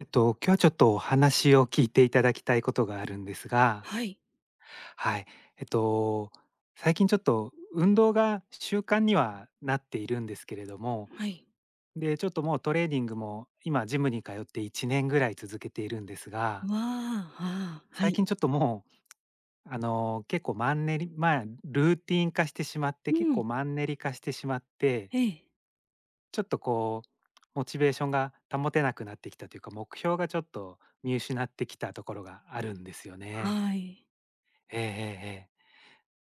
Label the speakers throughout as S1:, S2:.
S1: 今日はちょっとお話を聞いていただきたいことがあるんですが、
S2: はい、
S1: はい。えっと、最近ちょっと運動が習慣にはなっているんですけれども、
S2: はい。
S1: で、ちょっともうトレーニングも今ジムに通って1年ぐらい続けているんですが、
S2: わあ、ああ、は
S1: 最
S2: い。
S1: 近ちょっともう、結構マンネリ、まあ、ルーティン化してしまって、
S2: う
S1: 結
S2: ん。
S1: 構マンネリ化してしまって、
S2: ええ、
S1: ちょっとこう、モチベーションが保てなくなってきたというか、目標がちょっと見失ってきたところがあるんですよね。
S2: はい。
S1: ええええええ。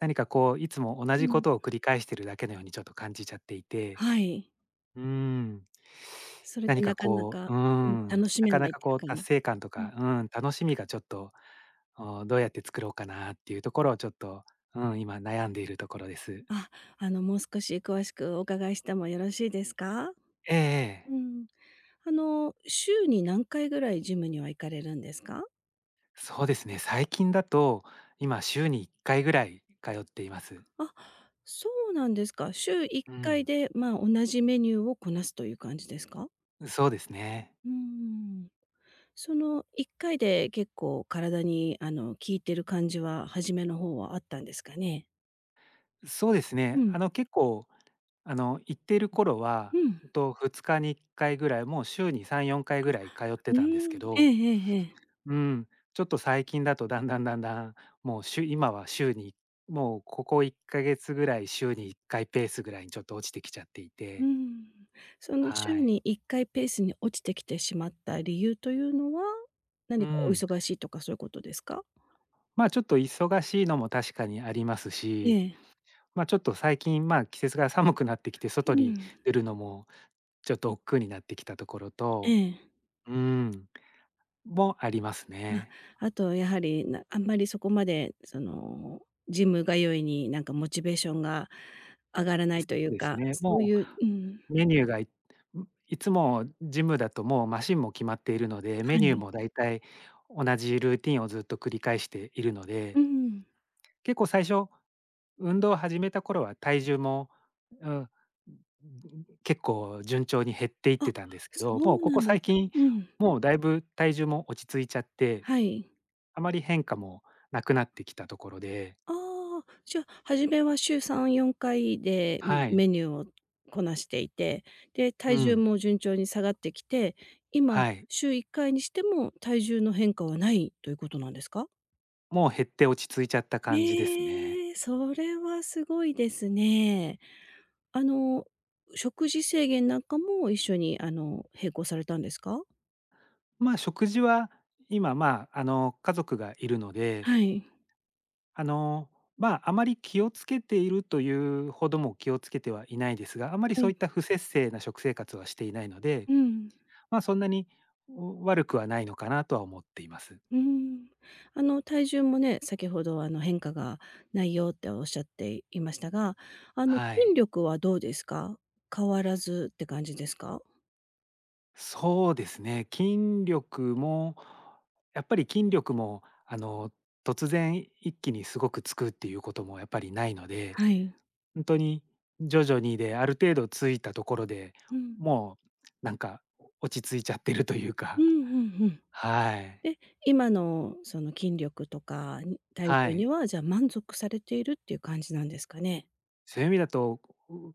S1: 何かこう、いつも同
S2: う
S1: じこ
S2: ん。
S1: とを繰り返してるだけのようにちょっと感じちゃっていて、
S2: はい。
S1: うーん。
S2: それで
S1: 何
S2: な
S1: か
S2: かな
S1: こ
S2: か、
S1: う、
S2: うん、楽し
S1: な
S2: め
S1: か
S2: な
S1: な
S2: いっ
S1: か
S2: ていう
S1: こう
S2: か
S1: 達成感と
S2: うん。
S1: か、楽しみがちょっと、お、どうやって作ろうかなっていうところをちょっと、うん、今悩んでいるところです。
S2: あ、もう少し詳しくお伺いしてもよろしいですか？
S1: ええええ。
S2: うん。週に何回ぐらいジムには行かれるんですか？
S1: そうですね、最近だと、今週に1回ぐらい通っています。
S2: あ、そうなんですか。週1
S1: う
S2: 回
S1: ん、
S2: で、まあ、同じメニューをこなすという感じですか？
S1: そうですね。
S2: うーん。その1回で結構体に、効いてる感じは初めの方はあったんですかね？
S1: そうです
S2: う
S1: ね、
S2: ん、
S1: 結構行っている頃は、
S2: うん、
S1: ほんと2日に1回ぐらい、もう週に3、4回ぐらい通って
S2: うー
S1: たんですけ
S2: ん、ええ
S1: ど、
S2: ええええ。
S1: うん、ちょっと最近だとだんだんだんだん、もうしゅ今は週にもうここ1ヶ月ぐらい週に1回ペースぐらいにちょっと落ちてきちゃってい
S2: うー
S1: て、
S2: ん。その週
S1: はい。
S2: に1回ペースに落ちてきてしまった理由というのは、
S1: う
S2: 何かお
S1: ん。
S2: 忙しいとかそういうことですか？
S1: まあ、ちょっと忙しいのも確かにあります
S2: え
S1: し、
S2: え、
S1: まあ、ちょっと最近、まあ、季節が寒くなってきて外
S2: う
S1: に
S2: ん、
S1: 出るのもちょっと億劫になってきたところ
S2: え
S1: と、
S2: え。
S1: うん、もあります
S2: あ、
S1: ね。
S2: あとやはり、なあんまりそこまで、ジム通いになんかモチベーションが上がらな
S1: そ
S2: いとい
S1: う
S2: う
S1: です
S2: か、
S1: ね。
S2: そう
S1: も
S2: いううん、
S1: うメニューが、いいつもジムだともうマシンも決まっているので、メ
S2: は
S1: ニュー
S2: い。
S1: もだいたい同じルーティンをずっと繰り返しているの
S2: う
S1: で、
S2: ん。
S1: 結構最初、運動を始めた頃は体重も、うん、結構順調に減っていっ
S2: あ、
S1: てたんですけ
S2: そ
S1: ど、もう
S2: う
S1: こ
S2: な
S1: こ
S2: んです
S1: 最
S2: か。
S1: 近、
S2: うん、
S1: もうだいぶ体重も落ち着いちゃって、
S2: はい。
S1: あまり変化もなくなってきたところで、
S2: ああ、じゃあ、初めは週3、4回で、ま、
S1: はい。
S2: メニューをこなしていて、で、
S1: う
S2: 体重
S1: ん、
S2: も順調に下がってきて、今
S1: はい。
S2: 週1回にしても体重の変化はないということなんですか？
S1: もう減って落ち着いちゃった感じですね。
S2: ええ、それはすごいですね。あの、食事制限なんかも一緒に、並行されたんですか？
S1: まあ、食事は今、まあ、家族がいるので、
S2: はい。
S1: あの、まあ、あまり気をつけているというほども気をつけてはいないですが、あまり
S2: は
S1: そ
S2: い。
S1: ういった不節制な食生活はしていないので、
S2: うん。
S1: まあ、そんなに、悪くはないのかなとは思っています。
S2: うーん。体重もね、先ほど変化がないよっておっしゃっていましたが、あの、
S1: は
S2: 筋
S1: い。
S2: 力はどうですか？変わらずって感じですか？
S1: そうですね、筋力も、やっぱり筋力も、突然一気にすごくつくっていうこともやっぱりないので
S2: はい。
S1: 本当に徐々にで、ある程度ついたところで、
S2: うん。
S1: もうなんか落ち着いちゃってるという
S2: うん
S1: か、
S2: うんうん。
S1: はい。
S2: で、今のその筋力とかに体
S1: は
S2: 重に
S1: い。
S2: は、じゃあ、満足されているっていう感じなんですかね？
S1: そういう意味だと、う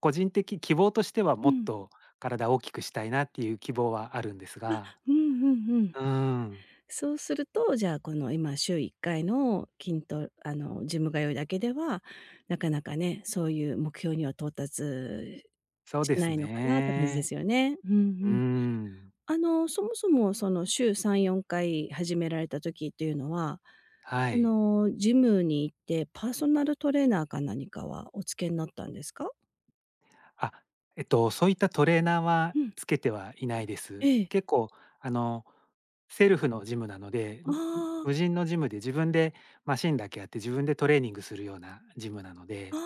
S1: 個人的希望としては
S2: う
S1: もっ
S2: ん。
S1: と体を大きくしたいなっていう希望はあるんですが。
S2: うんうんうん。
S1: うん、
S2: そうすると、じゃあ、この今週1回の筋トレジム通いだけでは、なかなかね、そういう目標には到達
S1: そう
S2: し
S1: で
S2: な
S1: す
S2: いのかなって感じで
S1: ね。
S2: すよね。うんう
S1: う
S2: ん。
S1: ん、
S2: そもそもその週3、4回始められた時っていうのは、
S1: は
S2: そ
S1: い。
S2: のジムに行ってパーソナルトレーナーか何かはお付けになったんですか？
S1: あ、そういったトレーナーは
S2: うん。
S1: つけてはいないで
S2: え
S1: す。
S2: え。
S1: 結構、あの、セルフのジムなので、
S2: あ
S1: 無人のジムで自分でマシンだけあって、自分でトレーニングするようなジムなの
S2: あ、
S1: で、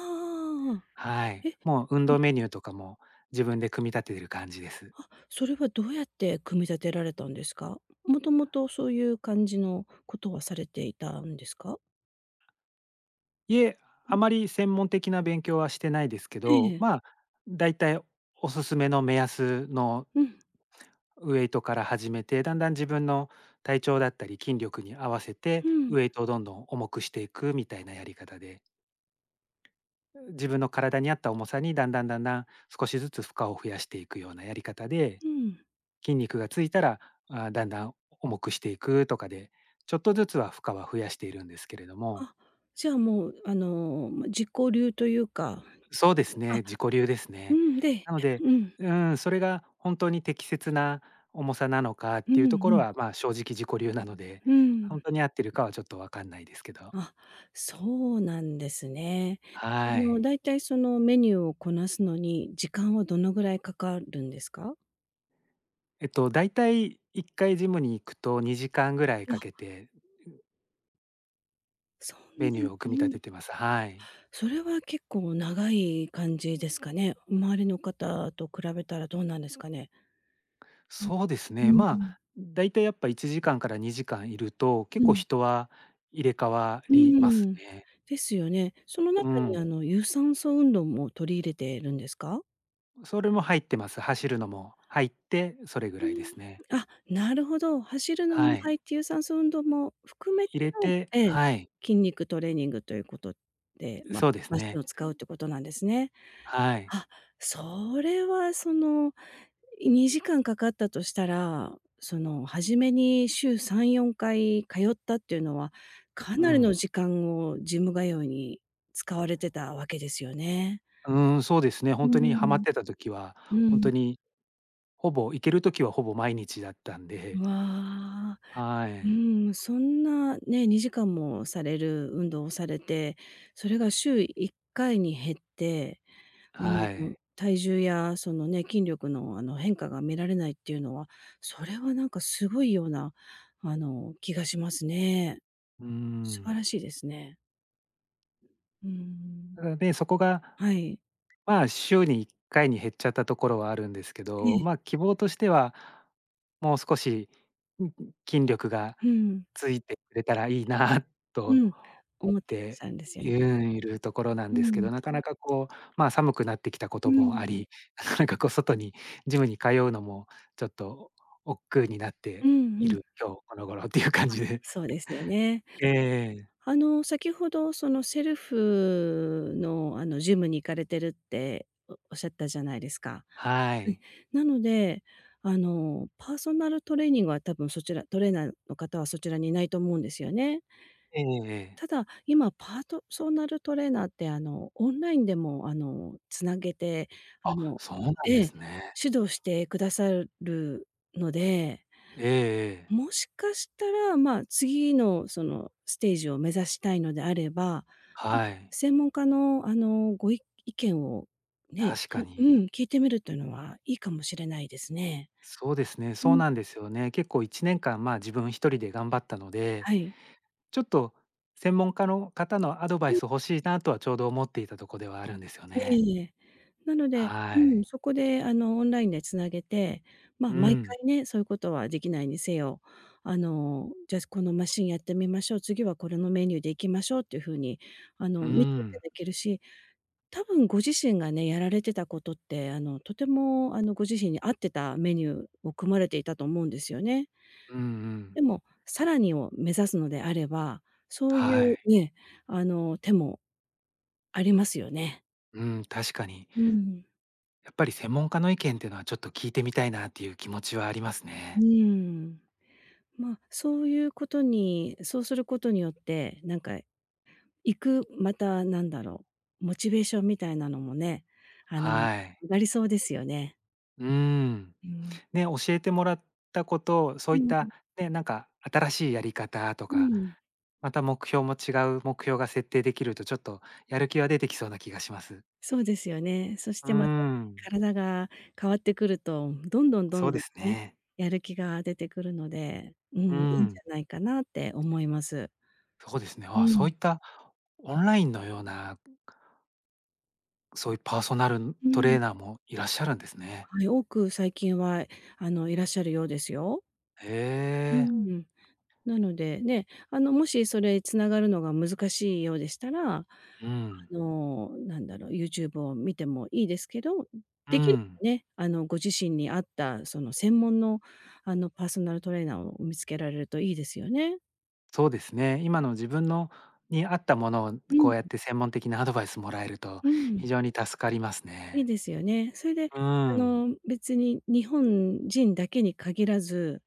S2: ああ。
S1: はい。
S2: え
S1: もう運動メニューとかも自分で組み立ててる感じです。
S2: あ、それはどうやって組み立てられたんですか？もともとそういう感じのことはされていたんですか？
S1: いえ、あまり専門的な勉強はしてないですけど、
S2: ええ。
S1: まあ、だいたいおすすめの目安の
S2: うん、
S1: ウエイトから始めて、だんだん自分の体調だったり筋力に合わせて、
S2: うん、
S1: ウエイトをどんどん重くしていくみたいなやり方で、自分の体に合った重さにだんだんだんだん少しずつ負荷を増やしていくようなやり方で、
S2: うん。
S1: 筋肉がついたら、あ、だんだん重くしていくとかで、ちょっとずつは負荷は増やしているんですけれども、
S2: あ、じゃあもう、ま、自己流というか、
S1: そうです
S2: あ、
S1: ね、自己流です
S2: う
S1: ね。
S2: ん、で
S1: なので、
S2: うん、
S1: うん、それが本当に適切な重さなのかっ
S2: うん、
S1: ていう
S2: う
S1: ところ
S2: ん、
S1: は、まあ、正直自己流なので、
S2: う
S1: 本
S2: ん。
S1: 当に合ってるかはちょっとわかんないですけど。
S2: あ、そうなんですね。
S1: はい。
S2: だいたいそのメニューをこなすのに、時間はどのぐらいかかるんですか？
S1: だいたい1回ジムに行くと2時間ぐらい
S2: わ、
S1: かけて
S2: そん
S1: メ
S2: な
S1: ニューを組み
S2: に
S1: 立
S2: うん。
S1: ててます。はい。
S2: それは結構長い感じですかね。周りの方と比べたらどうなんですかね？
S1: そうです
S2: う
S1: ね、
S2: ん、
S1: ま
S2: う
S1: あ、だいたいやっぱ1時間かんから2時間いると、結構
S2: ん。
S1: 人は入れ替わ
S2: う
S1: ります
S2: ーん。
S1: ね。
S2: ですよね。その
S1: う
S2: 中に
S1: ん。
S2: 有酸素運動も取り入れてるんですか？
S1: それも入ってます。走るのも入って、それぐ
S2: う
S1: らいですね。
S2: ーん。あ、なるほど。走るのも
S1: はい。
S2: 入って有酸素運動も含めて
S1: 入れ
S2: の
S1: て、
S2: ええ、
S1: はい、
S2: 筋肉トレーニングということで、ま、
S1: そうです
S2: マシン
S1: ね。
S2: を使うってことなんですね。
S1: はい。
S2: あ、それはその、2時間かかったとしたら、その初めに週3、4回通ったっていうのは、か
S1: う
S2: なりの
S1: ん。
S2: 時間をジム通いに使われてたわけですよね。
S1: うーん、そうですね。
S2: う
S1: ほ
S2: ー
S1: んとにハマっ
S2: ん。
S1: てた時は、
S2: う
S1: ほん
S2: ん。
S1: とにほぼ行ける時はほぼ毎日だったんで、
S2: わあ、
S1: は
S2: う
S1: い。
S2: ーん、そんなね、2時間もされる運動をされて、それが週1回に減って
S1: はい。
S2: 体重やそのね、筋力の変化が見られないっていうのは、それはなんかすごいような、気がしますね。
S1: うー
S2: 素晴
S1: ん。
S2: らしいですね。うーん。
S1: なので、そこが
S2: はい。
S1: まあ、週に1回に減っちゃったところはあるんですけ
S2: え
S1: ど、
S2: え。
S1: まあ、希望としては、もう少し、ん、筋力が
S2: うん。
S1: ついてくれたらいいな
S2: う
S1: と
S2: ん。
S1: 思っ
S2: 思ってらっし
S1: て、
S2: ゃるんですよ
S1: う
S2: ね。
S1: ん、いるところなん
S2: う
S1: ですけ
S2: ん。
S1: ど、なかなかこう、まあ、寒くなってきたこ
S2: う
S1: とも
S2: ん。
S1: あり、なかなかこう外にジムに通うのもちょっと億劫になっ
S2: う
S1: て
S2: ん
S1: い
S2: うん。
S1: る今日この頃っていう感じで。
S2: そうですよね。
S1: ええええ。
S2: 先ほどそのセルフのジムに行かれてるっておおっしゃったじゃないですか。
S1: は
S2: はい。
S1: い。
S2: なので、パーソナルトレーニングは多分そちらトレーナーの方はそちらにいないと思うんですよね。
S1: ええええ。
S2: ただ、今パートソナルトレーナーって、オンラインでも、繋げて、あ
S1: あ、
S2: の
S1: そうなんで
S2: ええ、
S1: すね。
S2: 指導してくださるので、
S1: ええええ。
S2: もしかしたら、まあ、次のそのステージを目指したいのであれば、
S1: はい。
S2: 専門家の、ご意見をね、
S1: 確か
S2: う
S1: に。
S2: ん、聞いてみるというのはいいかもしれないですね。
S1: そうですね、
S2: う
S1: そう
S2: ん。
S1: なんですよね。結構1年間、まあ、自分一人で頑張ったので、
S2: はい。
S1: ちょっと専門家の方のアドバイス欲しいなとはちょうど思っていたとこではあるんですよ
S2: え
S1: ね。
S2: えええ。なので、う
S1: は
S2: ん、
S1: い。
S2: そこでオンラインで繋げて、まあ、
S1: う
S2: 毎
S1: ん。
S2: 回ね、そういうことはできないにせよ、じゃあ、このマシンやってみましょう、次はこれのメニューでいきましょうっていう風に、
S1: う
S2: 見ていた
S1: ん。
S2: だけるし、多分ご自身がね、やられてたことって、とてもご自身に合ってたメニューを組まれていたと思うんですよね。
S1: うんうん。
S2: でも、さらにを目指すのであれば、そうい
S1: は
S2: う
S1: い。
S2: ね、手もありますよね。
S1: うん、確かに。
S2: うん。
S1: やっぱり専門家の意見っていうのはちょっと聞いてみたいなっていう気持ちはあります
S2: う
S1: ね。
S2: ーん。まあ、そういうことにそうすることによって、なんか行く、またなんだろう、モチベーションみたいなのもね、あの、
S1: はい。
S2: 上がりそうですよね。
S1: うん。
S2: うん。
S1: ね、教えてもらったこと、そ
S2: う
S1: ういっ
S2: んう
S1: た
S2: ん。
S1: ね、なんか新しいやり方と
S2: う
S1: か
S2: ん。
S1: また目標も違う目標が設定できると、ちょっとやる気は出てきそうな気がします。
S2: そうですよね。そし
S1: うー
S2: てまたね、
S1: ん、
S2: 体が変わってくると、どんどんど
S1: そ
S2: ん
S1: うで
S2: どん
S1: す
S2: ね、
S1: ね。
S2: やる気が出てくるので、う
S1: う
S2: ん、いいんじ
S1: ん、
S2: ゃないかなって思います。
S1: そうですね。
S2: う
S1: あ、そう
S2: ん。
S1: いったオンラインのような、そういうパーソナル
S2: う
S1: ト
S2: ん、
S1: レーナーもいらっしゃるんですね。
S2: はい、多く最近は、いらっしゃるようですよ。
S1: へ
S2: う
S1: え、
S2: ん。なので、ね、もしそれつながるのが難しいようでしたら、
S1: うん、
S2: なんだろう、YouTube を見てもいいですけど、
S1: う
S2: できれ
S1: ん、
S2: ばね、ご自身に合った、その、専門の、パーソナルトレーナーを見つけられるといいですよね。
S1: そうですね。今の自分のに合ったものを
S2: う
S1: こ
S2: ん。
S1: うやって専門的なアドバイスもらえると
S2: うん、
S1: 非常に助かります
S2: いい
S1: ね。
S2: ですよね。それで、
S1: うん、
S2: 別に日本人だけに限らず、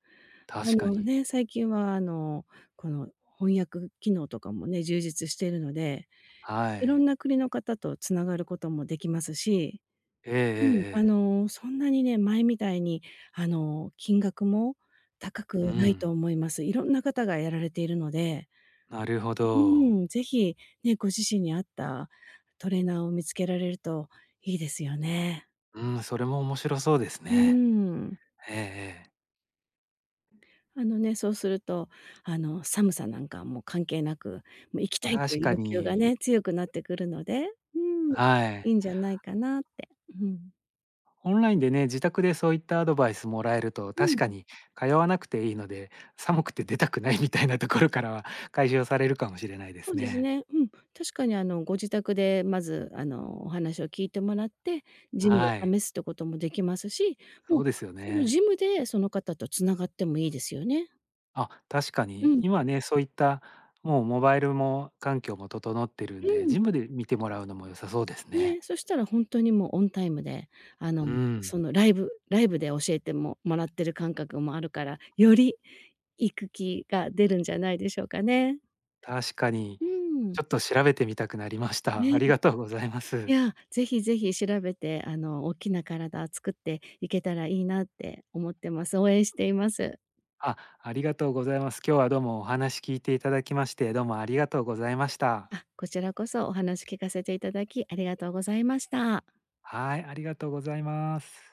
S2: あ
S1: 確か
S2: の
S1: に。
S2: ね、最近は、この翻訳機能とかもね、充実しているので
S1: は
S2: いろん
S1: い。
S2: な国の方とつながることもできますし、
S1: ええええ
S2: うん。
S1: ええ。
S2: そんなにね、前みたいに、金額も高
S1: う
S2: くないと
S1: ん。
S2: 思います。いろんな方がやられているので、
S1: なるほ
S2: う
S1: ど。
S2: ーん、ぜひ、ね、ご自身に合ったトレーナーを見つけられるといいですよね。
S1: うん、それも面白そうです
S2: うー
S1: ね。
S2: ん。
S1: ええええ。
S2: あのね、そうすると、寒さなんかもう関係なく、もう行きたいと
S1: 確
S2: いう
S1: か
S2: 要求が
S1: に、
S2: ね、強くなってくるので、うん、い
S1: は
S2: い
S1: い。
S2: んじゃないかなって。うん。
S1: オンラインでね、自宅でそういったアドバイスもらえると、
S2: う
S1: 確
S2: ん。
S1: かに通わなくていいので、寒くて出たくないみたいなところからは解消されるかもしれないで
S2: そ
S1: す
S2: うです
S1: ね。
S2: ね。うん。確かにご自宅でまず、お話を聞いてもらって、ジムで
S1: はい。
S2: 試すってこともできますし、も
S1: そ
S2: う、
S1: うですよ
S2: その
S1: ね。
S2: ジムでその方とつながってもいいですよね。
S1: あ、確か
S2: う
S1: に
S2: ん。
S1: 今ね、そういったもうモバイルも環境も整ってる
S2: う
S1: んで、
S2: ん。
S1: ジムで見てもらうのも良さそうです
S2: ね、
S1: ね。
S2: そしたら本当にもうオンタイムで、あの、
S1: うん。
S2: そのライブで教えてももらってる感覚もあるから、より行く気が出るんじゃないでしょうかね。
S1: 確かに。
S2: うん。
S1: ちょっと調べてみたくなりました。あ
S2: ね。
S1: りがとうございます。
S2: いや、ぜひぜひ調べて、大きな体作っていけたらいいなって思ってます。応援しています。
S1: あ、ありがとうございます。今日はどうもお話聞いていただきまして、どうもありがとうございました。
S2: あ、こちらこそお話聞かせていただき、ありがとうございました。
S1: はい、ありがとうございます。